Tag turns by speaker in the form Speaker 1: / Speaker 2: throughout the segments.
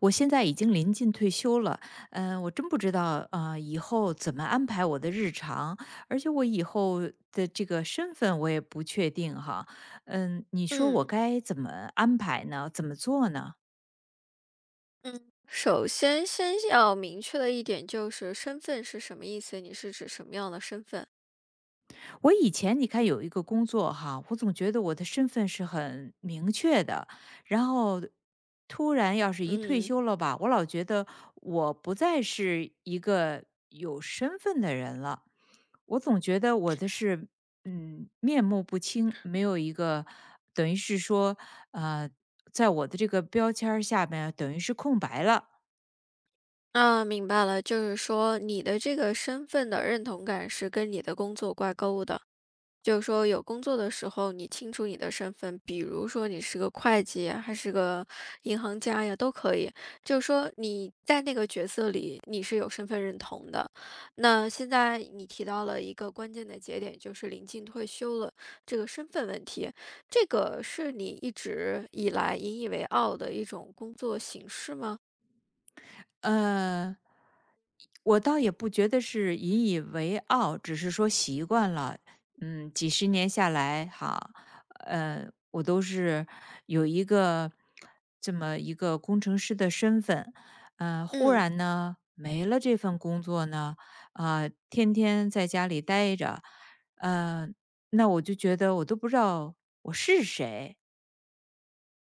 Speaker 1: 我现在已经临近退休了，我真不知道以后怎么安排我的日常，而且我以后的这个身份我也不确定哈。嗯，你说我
Speaker 2: 嗯
Speaker 1: 该怎么安排呢？怎么做呢？
Speaker 2: 嗯，首先先要明确的一点就是身份是什么意思？你是指什么样的身份？
Speaker 1: 我以前你看有一个工作哈，我总觉得我的身份是很明确的，然后突然要是一退
Speaker 2: 嗯，
Speaker 1: 休了吧，我老觉得我不再是一个有身份的人了。我总觉得我的是面目不清，没有一个等于是说呃，在我的这个标签儿下面等于是空白了。
Speaker 2: 啊，明白了，就是说你的这个身份的认同感是跟你的工作挂钩的。就是说有工作的时候，你清楚你的身份，比如说你是个会计呀还是个银行家呀，都可以。就是说你在那个角色里，你是有身份认同的。那现在你提到了一个关键的节点，就是临近退休了这个身份问题，这个是你一直以来引以为傲的一种工作形式吗？
Speaker 1: 呃，我倒也不觉得是引以为傲，只是说习惯了。嗯，几十年下来，哈，我都是有一个这么一个工程师的身份。忽
Speaker 2: 嗯，
Speaker 1: 然呢没了这份工作呢，天天在家里待着。呃，那我就觉得我都不知道我是谁，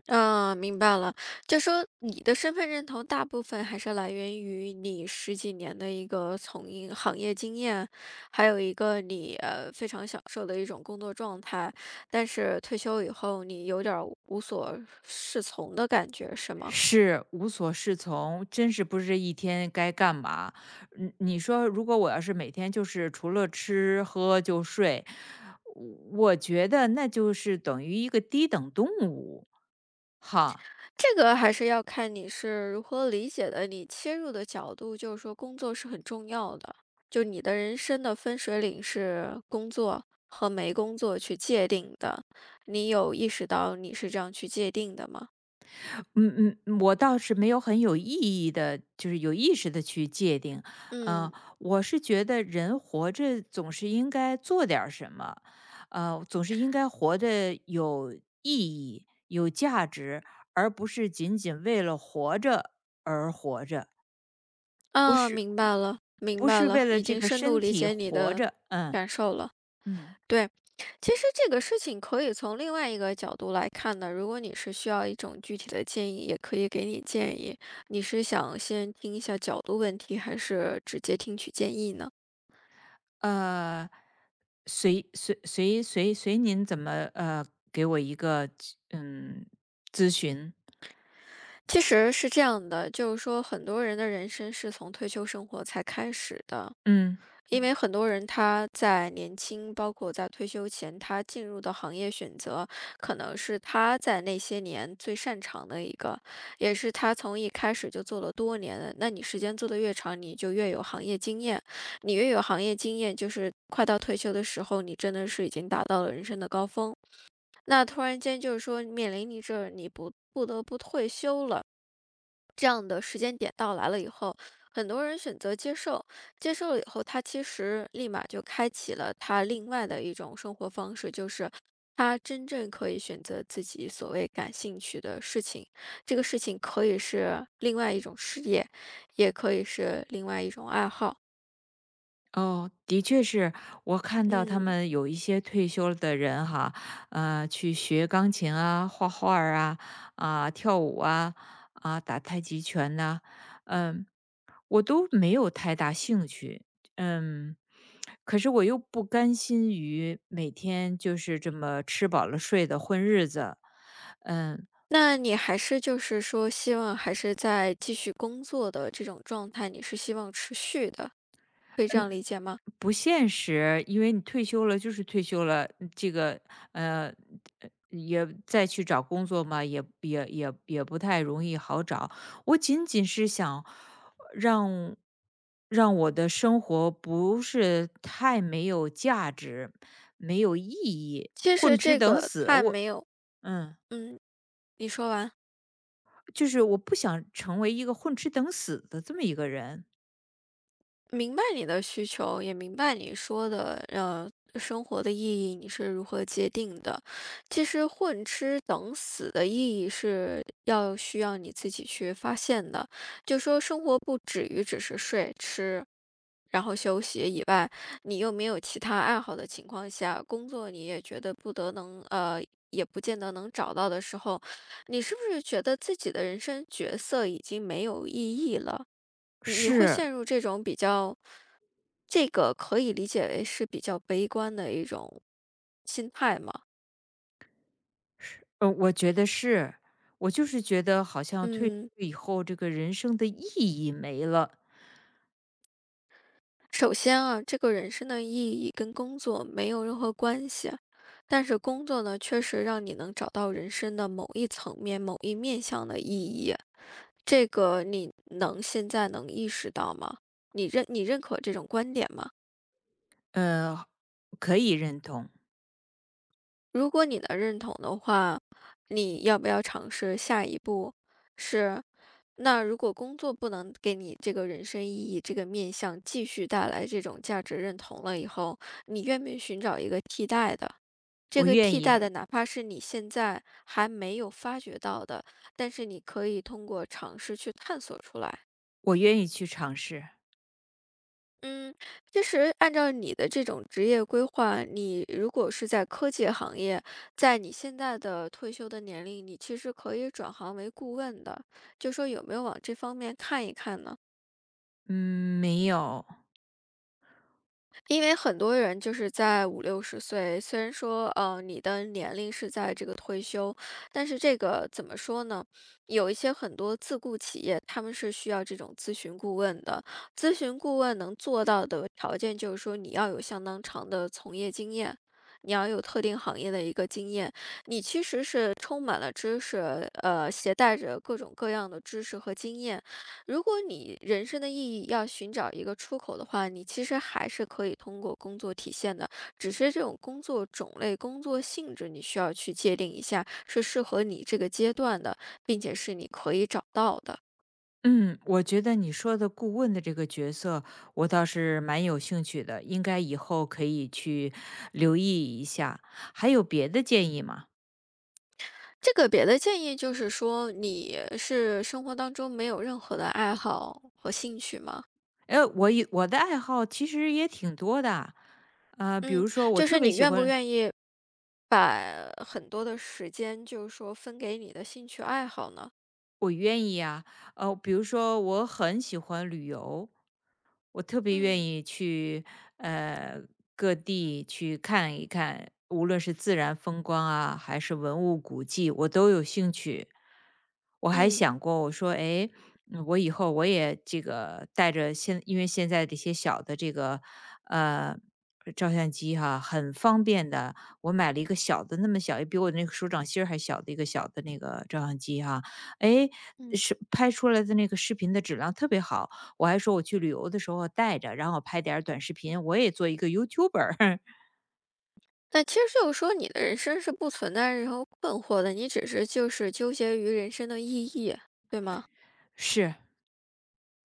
Speaker 2: 嗯，明白了。就说你的身份认同大部分还是来源于你十几年的一个从业行业经验，还有一个你非常享受的一种工作状态。但是退休以后，你有点儿无所适从的感觉，是吗？
Speaker 1: 是无所适从，真是不知一天该干嘛。嗯，你说如果我要是每天就是除了吃喝就睡，我觉得那就是等于一个低等动物，哈。
Speaker 2: 这个还是要看你是如何理解的，你切入的角度就是说工作是很重要的，就你的人生的分水岭是工作和没工作去界定的，你有意识到你是这样去界定的吗？
Speaker 1: 嗯嗯，我倒是没有很有意义的，就是有意识的去界定。嗯，
Speaker 2: 嗯，
Speaker 1: 我是觉得人活着总是应该做点儿什么，总是应该活得有意义、有价值，而不是仅仅为了活着而活着，不
Speaker 2: 啊，
Speaker 1: 是
Speaker 2: 明白了，明白
Speaker 1: 为
Speaker 2: 了，
Speaker 1: 了
Speaker 2: 已
Speaker 1: 这
Speaker 2: 经
Speaker 1: 个
Speaker 2: 深度
Speaker 1: 身
Speaker 2: 理
Speaker 1: 体
Speaker 2: 解你
Speaker 1: 活
Speaker 2: 的
Speaker 1: 着。嗯
Speaker 2: 感受了。
Speaker 1: 嗯，
Speaker 2: 对，其实这个事情可以从另外一个角度来看的。如果你是需要一种具体的建议，也可以给你建议。你是想先听一下角度问题，还是直接听取建议呢？
Speaker 1: 呃，随随随随随您怎么给我一个嗯咨询。
Speaker 2: 其实是这样的，就是说很多人的人生是从退休生活才开始的。
Speaker 1: 嗯。
Speaker 2: 因为很多人他在年轻，包括在退休前，他进入的行业选择，可能是他在那些年最擅长的一个，也是他从一开始就做了多年的。那你时间做得越长，你就越有行业经验，你越有行业经验，就是快到退休的时候，你真的是已经达到了人生的高峰。那突然间就是说面临你这你不得不退休了，这样的时间点到来了以后，很多人选择接受，接受了以后，他其实立马就开启了他另外的一种生活方式，就是他真正可以选择自己所谓感兴趣的事情。这个事情可以是另外一种事业，也可以是另外一种爱好。
Speaker 1: 哦，的确是，我看到他
Speaker 2: 嗯。
Speaker 1: 们有一些退休了的人哈，去学钢琴啊、画画儿啊、跳舞啊、打太极拳呐。嗯，我都没有太大兴趣。嗯，可是我又不甘心于每天就是这么吃饱了睡的混日子。嗯，
Speaker 2: 那你还是就是说希望还是在继续工作的这种状态，你是希望持续的，可以这样理解吗？
Speaker 1: 不现实，因为你退休了就是退休了。嗯，这个呃也再去找工作嘛，也不太容易好找。我仅仅是想让让我的生活不是太没有价值、没有意义，
Speaker 2: 其实
Speaker 1: 混吃
Speaker 2: 这
Speaker 1: 等
Speaker 2: 个
Speaker 1: 死。
Speaker 2: 还
Speaker 1: 我
Speaker 2: 没有
Speaker 1: 嗯，
Speaker 2: 嗯，你说完。
Speaker 1: 就是我不想成为一个混吃等死的这么一个人。
Speaker 2: 明白你的需求，也明白你说的，生活的意义你是如何界定的。其实混吃等死的意义是要需要你自己去发现的，就说生活不止于只是睡吃。然后休息以外，你又没有其他爱好的情况下，工作你也觉得不得能也不见得能找到的时候，你是不是觉得自己的人生角色已经没有意义了？你会
Speaker 1: 是。
Speaker 2: 陷入这种比较，这个可以理解为是比较悲观的一种心态吗？
Speaker 1: 是，我觉得是，我就是觉得好像退休
Speaker 2: 嗯。
Speaker 1: 以后这个人生的意义没了。
Speaker 2: 首先啊，这个人生的意义跟工作没有任何关系，但是工作呢，确实让你能找到人生的某一层面、某一面向的意义。这个你能现在能意识到吗？你认可这种观点吗？
Speaker 1: 呃，可以认同。
Speaker 2: 如果你能认同的话，你要不要尝试下一步？是，那如果工作不能给你这个人生意义这个面向继续带来这种价值认同了以后，你愿不愿意寻找一个替代的？这
Speaker 1: 我
Speaker 2: 个
Speaker 1: 愿
Speaker 2: 替
Speaker 1: 意，
Speaker 2: 代的，哪怕是你现在还没有发觉到的，但是你可以通过尝试去探索出来。
Speaker 1: 我愿意去尝试。
Speaker 2: 嗯，其实按照你的这种职业规划，你如果是在科技行业，在你现在的退休的年龄，你其实可以转行为顾问的。就说有没有往这方面看一看呢？
Speaker 1: 嗯，没有。
Speaker 2: 因为很多人就是在五六十岁，虽然说你的年龄是在这个退休，但是这个怎么说呢？有一些很多自雇企业，他们是需要这种咨询顾问的。咨询顾问能做到的条件就是说你要有相当长的从业经验。你要有特定行业的一个经验，你其实是充满了知识，携带着各种各样的知识和经验，如果你人生的意义要寻找一个出口的话，你其实还是可以通过工作体现的，只是这种工作种类、工作性质，你需要去界定一下是适合你这个阶段的，并且是你可以找到的。
Speaker 1: 嗯，我觉得你说的顾问的这个角色，我倒是蛮有兴趣的，应该以后可以去留意一下。还有别的建议吗？
Speaker 2: 这个别的建议就是说，你是生活当中没有任何的爱好和兴趣吗？
Speaker 1: 我有我的爱好其实也挺多的，比
Speaker 2: 嗯，
Speaker 1: 如说我
Speaker 2: 就是
Speaker 1: 特
Speaker 2: 你
Speaker 1: 别喜
Speaker 2: 愿不
Speaker 1: 欢。
Speaker 2: 愿意把很多的时间，就是说分给你的兴趣爱好呢？
Speaker 1: 我愿意啊，比如说我很喜欢旅游，我特别愿
Speaker 2: 嗯
Speaker 1: 意去呃各地去看一看，无论是自然风光啊，还是文物古迹，我都有兴趣。我还
Speaker 2: 嗯。
Speaker 1: 想过，我说，哎，我以后我也这个带着现，因为现在这些小的这个呃照相机哈、很方便的，我买了一个小的，那么小，也比我那个手掌心儿还小的一个小的那个照相机哈。哎，
Speaker 2: 嗯。
Speaker 1: 是拍出来的那个视频的质量特别好，我还说我去旅游的时候带着，然后拍点儿短视频，我也做一个 YouTuber。
Speaker 2: 那其实就是说，你的人生是不存在任何困惑的，你只是就是纠结于人生的意义，对吗？
Speaker 1: 是。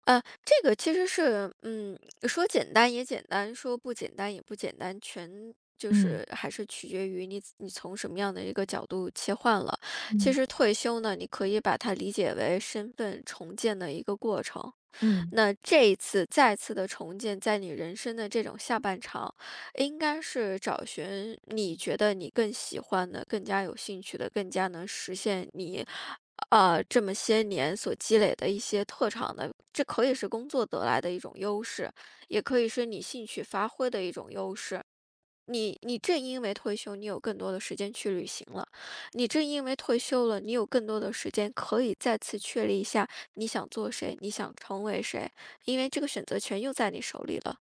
Speaker 2: 这个其实是，说简单也简单，说不简单也不简单，全就
Speaker 1: 嗯。
Speaker 2: 是还是取决于你从什么样的一个角度切换了。其
Speaker 1: 嗯。
Speaker 2: 实退休呢，你可以把它理解为身份重建的一个过程。
Speaker 1: 嗯。
Speaker 2: 那这一次再次的重建，在你人生的这种下半场。应该是找寻你觉得你更喜欢的、更加有兴趣的、更加能实现你，这么些年所积累的一些特长的。这可以是工作得来的一种优势，也可以是你兴趣发挥的一种优势。你正因为退休，你有更多的时间去旅行了；你正因为退休了，你有更多的时间可以再次确立一下你想做谁，你想成为谁，因为这个选择权又在你手里了。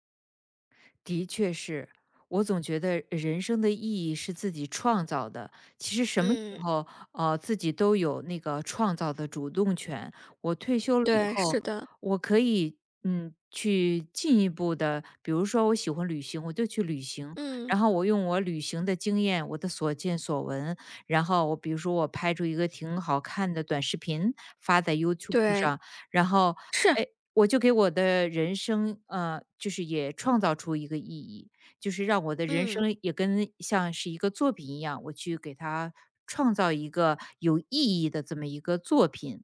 Speaker 1: 的确是，我总觉得人生的意义是自己创造的。其实什么时
Speaker 2: 嗯，
Speaker 1: 候，自己都有那个创造的主动权。我退休了以
Speaker 2: 对，
Speaker 1: 后，
Speaker 2: 是的。
Speaker 1: 我可以，嗯，去进一步的，比如说我喜欢旅行，我就去旅行，
Speaker 2: 嗯，
Speaker 1: 然后我用我旅行的经验，我的所见所闻，然后我比如说我拍出一个挺好看的短视频发在 YouTube
Speaker 2: 对，
Speaker 1: 上。然后，
Speaker 2: 是，
Speaker 1: 哎，我就给我的人生，就是也创造出一个意义，就是让我的人
Speaker 2: 嗯，
Speaker 1: 生也跟像是一个作品一样，我去给它创造一个有意义的这么一个作品。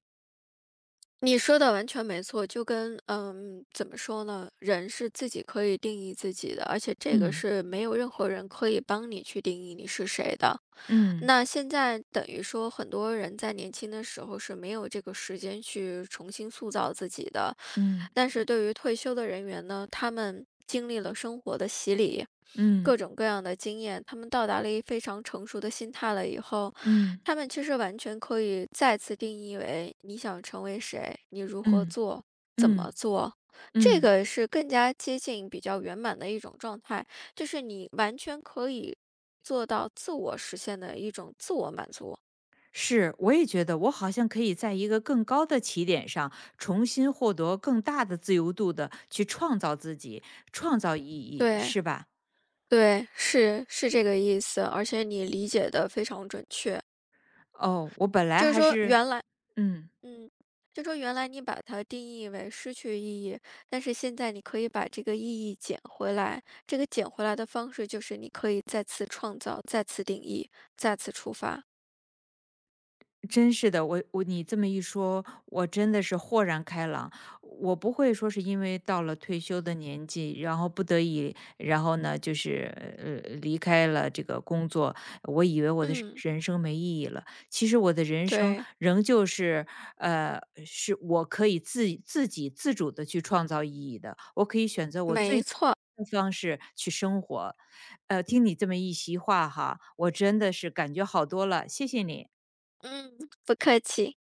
Speaker 2: 你说的完全没错，就跟怎么说呢，人是自己可以定义自己的，而且这个
Speaker 1: 嗯。
Speaker 2: 是没有任何人可以帮你去定义你是谁的。
Speaker 1: 嗯。
Speaker 2: 那现在等于说，很多人在年轻的时候是没有这个时间去重新塑造自己的。
Speaker 1: 嗯。
Speaker 2: 但是对于退休的人员呢，他们经历了生活的洗礼，
Speaker 1: 嗯。
Speaker 2: 各种各样的经验，他们到达了一非常成熟的心态了以后，
Speaker 1: 嗯。
Speaker 2: 他们其实完全可以再次定义为你想成为谁，你如何
Speaker 1: 嗯。
Speaker 2: 做，怎么
Speaker 1: 嗯。
Speaker 2: 做，这
Speaker 1: 嗯。
Speaker 2: 个是更加接近比较圆满的一种状态。就是你完全可以做到自我实现的一种自我满足。
Speaker 1: 是，我也觉得我好像可以在一个更高的起点上，重新获得更大的自由度的去创造自己，创造意义，
Speaker 2: 对
Speaker 1: 是吧？
Speaker 2: 对，是是这个意思，而且你理解的非常准确。
Speaker 1: 哦，我本来
Speaker 2: 就是
Speaker 1: 还
Speaker 2: 说，
Speaker 1: 是
Speaker 2: 原来，
Speaker 1: 嗯。
Speaker 2: 嗯，就说原来你把它定义为失去意义，但是现在你可以把这个意义捡回来。这个捡回来的方式就是你可以再次创造、再次定义、再次出发。
Speaker 1: 真是的，我你这么一说，我真的是豁然开朗。我不会说是因为到了退休的年纪，然后不得已，然后呢，就是离开了这个工作，我以为我的是
Speaker 2: 嗯，
Speaker 1: 人生没意义了。其实我的人生
Speaker 2: 对，
Speaker 1: 仍旧是，呃，是我可以自己自主的去创造意义的，我可以选择我
Speaker 2: 没
Speaker 1: 最的
Speaker 2: 错。
Speaker 1: 方式去生活。听你这么一席话哈，我真的是感觉好多了，谢谢你。
Speaker 2: 嗯，不客气。